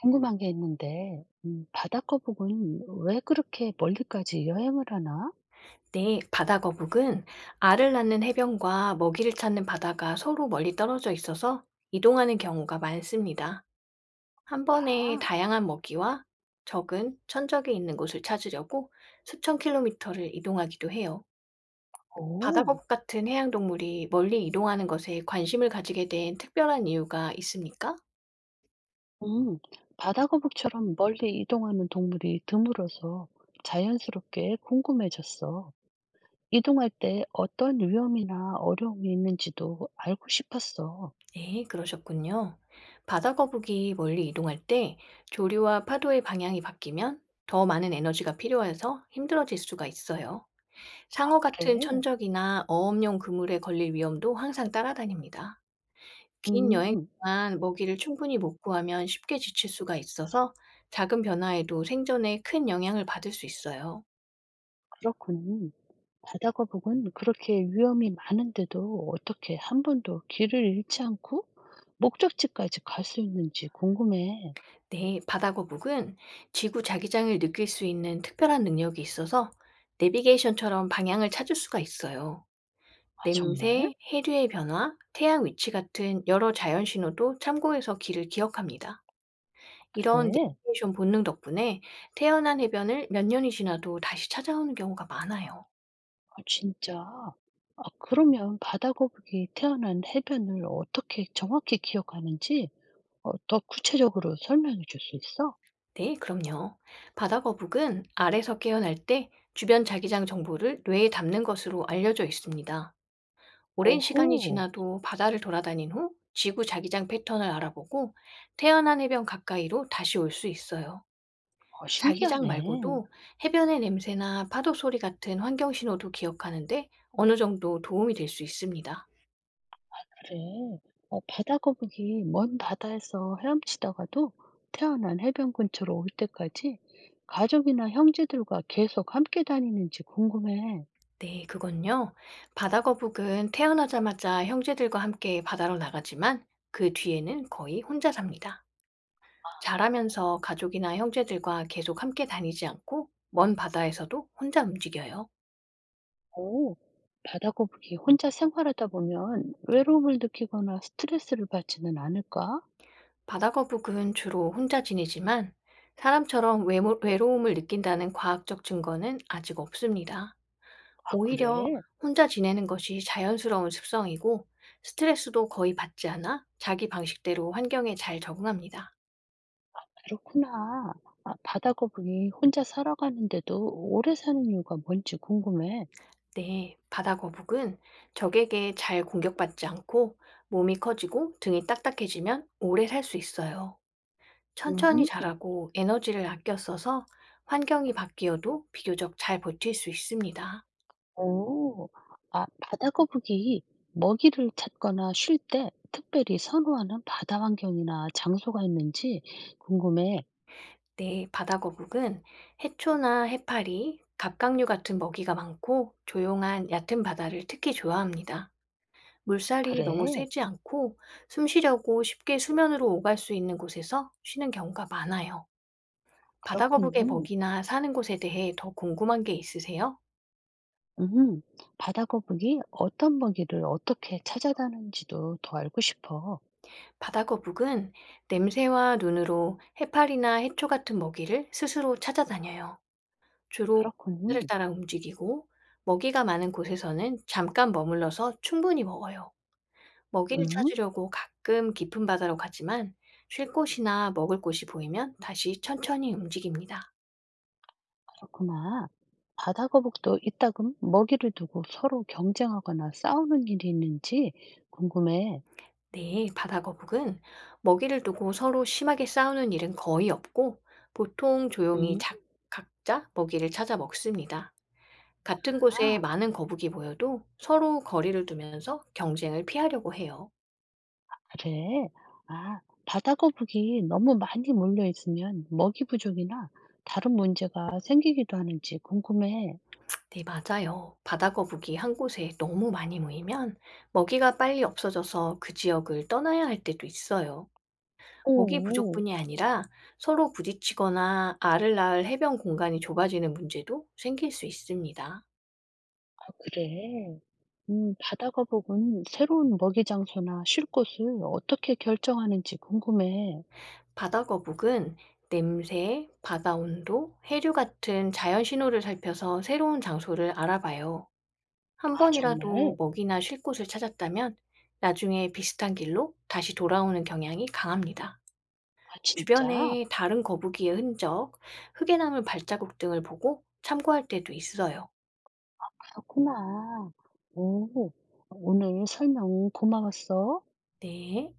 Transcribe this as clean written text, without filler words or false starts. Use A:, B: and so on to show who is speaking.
A: 궁금한 게 있는데, 바다거북은 왜 그렇게 멀리까지 여행을 하나?
B: 네, 바다 거북은 알을 낳는 해변과 먹이를 찾는 바다가 서로 멀리 떨어져 있어서 이동하는 경우가 많습니다. 한 번에
A: 아,
B: 다양한 먹이와 적은 천적이 있는 곳을 찾으려고 수천 킬로미터를 이동하기도 해요. 바다
A: 오,
B: 거북 같은 해양 동물이 멀리 이동하는 것에 관심을 가지게 된 특별한 이유가 있습니까?
A: 음, 바다거북처럼 멀리 이동하는 동물이 드물어서 자연스럽게 궁금해졌어. 이동할 때 어떤 위험이나 어려움이 있는지도 알고 싶었어.
B: 네, 그러셨군요. 바다 거북이 멀리 이동할 때 조류와 파도의 방향이 바뀌면 더 많은 에너지가 필요해서 힘들어질 수가 있어요. 상어 같은
A: 그래,
B: 천적이나 어업용 그물에 걸릴 위험도 항상 따라다닙니다. 긴 여행
A: 음,
B: 동안 먹이를 충분히 못 구하면 쉽게 지칠 수가 있어서 작은 변화에도 생존에 큰 영향을 받을 수 있어요.
A: 그렇군. 바다거북은 그렇게 위험이 많은데도 어떻게 한 번도 길을 잃지 않고 목적지까지 갈 수 있는지 궁금해.
B: 네, 바다 거북은 지구 자기장을 느낄 수 있는 특별한 능력이 있어서 내비게이션처럼 방향을 찾을 수가 있어요.
A: 아 정말?
B: 냄새, 해류의 변화, 태양 위치 같은 여러 자연 신호도 참고해서 길을 기억합니다. 이런
A: 왜?
B: 내비게이션 본능 덕분에 태어난 해변을 몇 년이 지나도 다시 찾아오는 경우가 많아요.
A: 아 진짜? 아 그러면 바다 거북이 태어난 해변을 어떻게 정확히 기억하는지 더 구체적으로 설명해 줄 수 있어?
B: 네, 그럼요. 바다거북은 알에서 깨어날 때 주변 자기장 정보를 뇌에 담는 것으로 알려져 있습니다. 오랜 시간이
A: 오호.
B: 지나도 바다를 돌아다닌 후 지구 자기장 패턴을 알아보고 태어난 해변 가까이로 다시 올 수 있어요. 자기장
A: 신기하네.
B: 말고도 해변의 냄새나 파도 소리 같은 환경 신호도 기억하는데 어느 정도 도움이 될 수 있습니다.
A: 그래. 바다 거북이 먼 바다에서 헤엄치다가도 태어난 해변 근처로 올 때까지 가족이나 형제들과 계속 함께 다니는지 궁금해.
B: 네, 그건요. 바다 거북은 태어나자마자 형제들과 함께 바다로 나가지만 그 뒤에는 거의 혼자 삽니다. 자라면서 가족이나 형제들과 계속 함께 다니지 않고 먼 바다에서도 혼자 움직여요.
A: 오, 바다 거북이 혼자 생활하다 보면 외로움을 느끼거나 스트레스를 받지는 않을까?
B: 바다 거북은 주로 혼자 지내지만 사람처럼 외로움을 느낀다는 과학적 증거는 아직 없습니다.
A: 아
B: 오히려
A: 그래?
B: 혼자 지내는 것이 자연스러운 습성이고 스트레스도 거의 받지 않아 자기 방식대로 환경에 잘 적응합니다.
A: 그렇구나. 아 바다 거북이 혼자 살아가는데도 오래 사는 이유가 뭔지 궁금해.
B: 네, 바다 거북은 적에게 잘 공격받지 않고 몸이 커지고 등이 딱딱해지면 오래 살 수 있어요. 천천히
A: 음.
B: 자라고 에너지를 아껴 써서 환경이 바뀌어도 비교적 잘 버틸 수 있습니다.
A: 오, 아 바다 거북이 먹이를 찾거나 쉴 때 특별히 선호하는 바다 환경이나 장소가 있는지 궁금해.
B: 네, 바다 거북은 해초나 해파리, 갑각류 같은 먹이가 많고 조용한 얕은 바다를 특히 좋아합니다. 물살이 너무
A: 그래?
B: 세지 않고 숨 쉬려고 쉽게 수면으로 오갈 수 있는 곳에서 쉬는 경우가 많아요.
A: 그렇군.
B: 바다거북의 먹이나 사는 곳에 대해 더 궁금한 게 있으세요?
A: 음, 바다거북이 어떤 먹이를 어떻게 찾아다니는지도 더 알고 싶어.
B: 바다거북은 냄새와 눈으로 해파리나 해초 같은 먹이를 스스로 찾아다녀요. 주로 하늘을
A: 그렇군.
B: 따라 움직이고 먹이가 많은 곳에서는 잠깐 머물러서 충분히 먹어요. 먹이를
A: 음,
B: 찾으려고 가끔 깊은 바다로 가지만 쉴 곳이나 먹을 곳이 보이면 다시 천천히 움직입니다.
A: 그렇구나. 바다거북도 이따금 먹이를 두고 서로 경쟁하거나 싸우는 일이 있는지 궁금해.
B: 네, 바다 거북은 먹이를 두고 서로 심하게 싸우는 일은 거의 없고 보통 조용히
A: 음,
B: 각자 먹이를 찾아 먹습니다. 같은 곳에
A: 아,
B: 많은 거북이 모여도 서로 거리를 두면서 경쟁을 피하려고 해요.
A: 그래. 아, 바다거북이 너무 많이 몰려 있으면 먹이 부족이나 다른 문제가 생기기도 하는지 궁금해.
B: 네, 맞아요. 바다 거북이 한 곳에 너무 많이 모이면 먹이가 빨리 없어져서 그 지역을 떠나야 할 때도 있어요. 먹이
A: 오.
B: 부족뿐이 아니라 서로 부딪히거나 알을 낳을 해변 공간이 좁아지는 문제도 생길 수 있습니다.
A: 아 그래? 바다가 보고는 새로운 먹이 장소나 쉴 곳을 어떻게 결정하는지 궁금해.
B: 바다거북은 냄새, 바다 온도, 해류 같은 자연 신호를 살펴서 새로운 장소를 알아봐요.
A: 아
B: 한 번이라도
A: 정말?
B: 먹이나 쉴 곳을 찾았다면 나중에 비슷한 길로 다시 돌아오는 경향이 강합니다.
A: 아 진짜?
B: 주변에 다른 거북이의 흔적, 흙에 남은 발자국 등을 보고 참고할 때도 있어요.
A: 그렇구나. 오. 오늘 설명 고마웠어.
B: 네.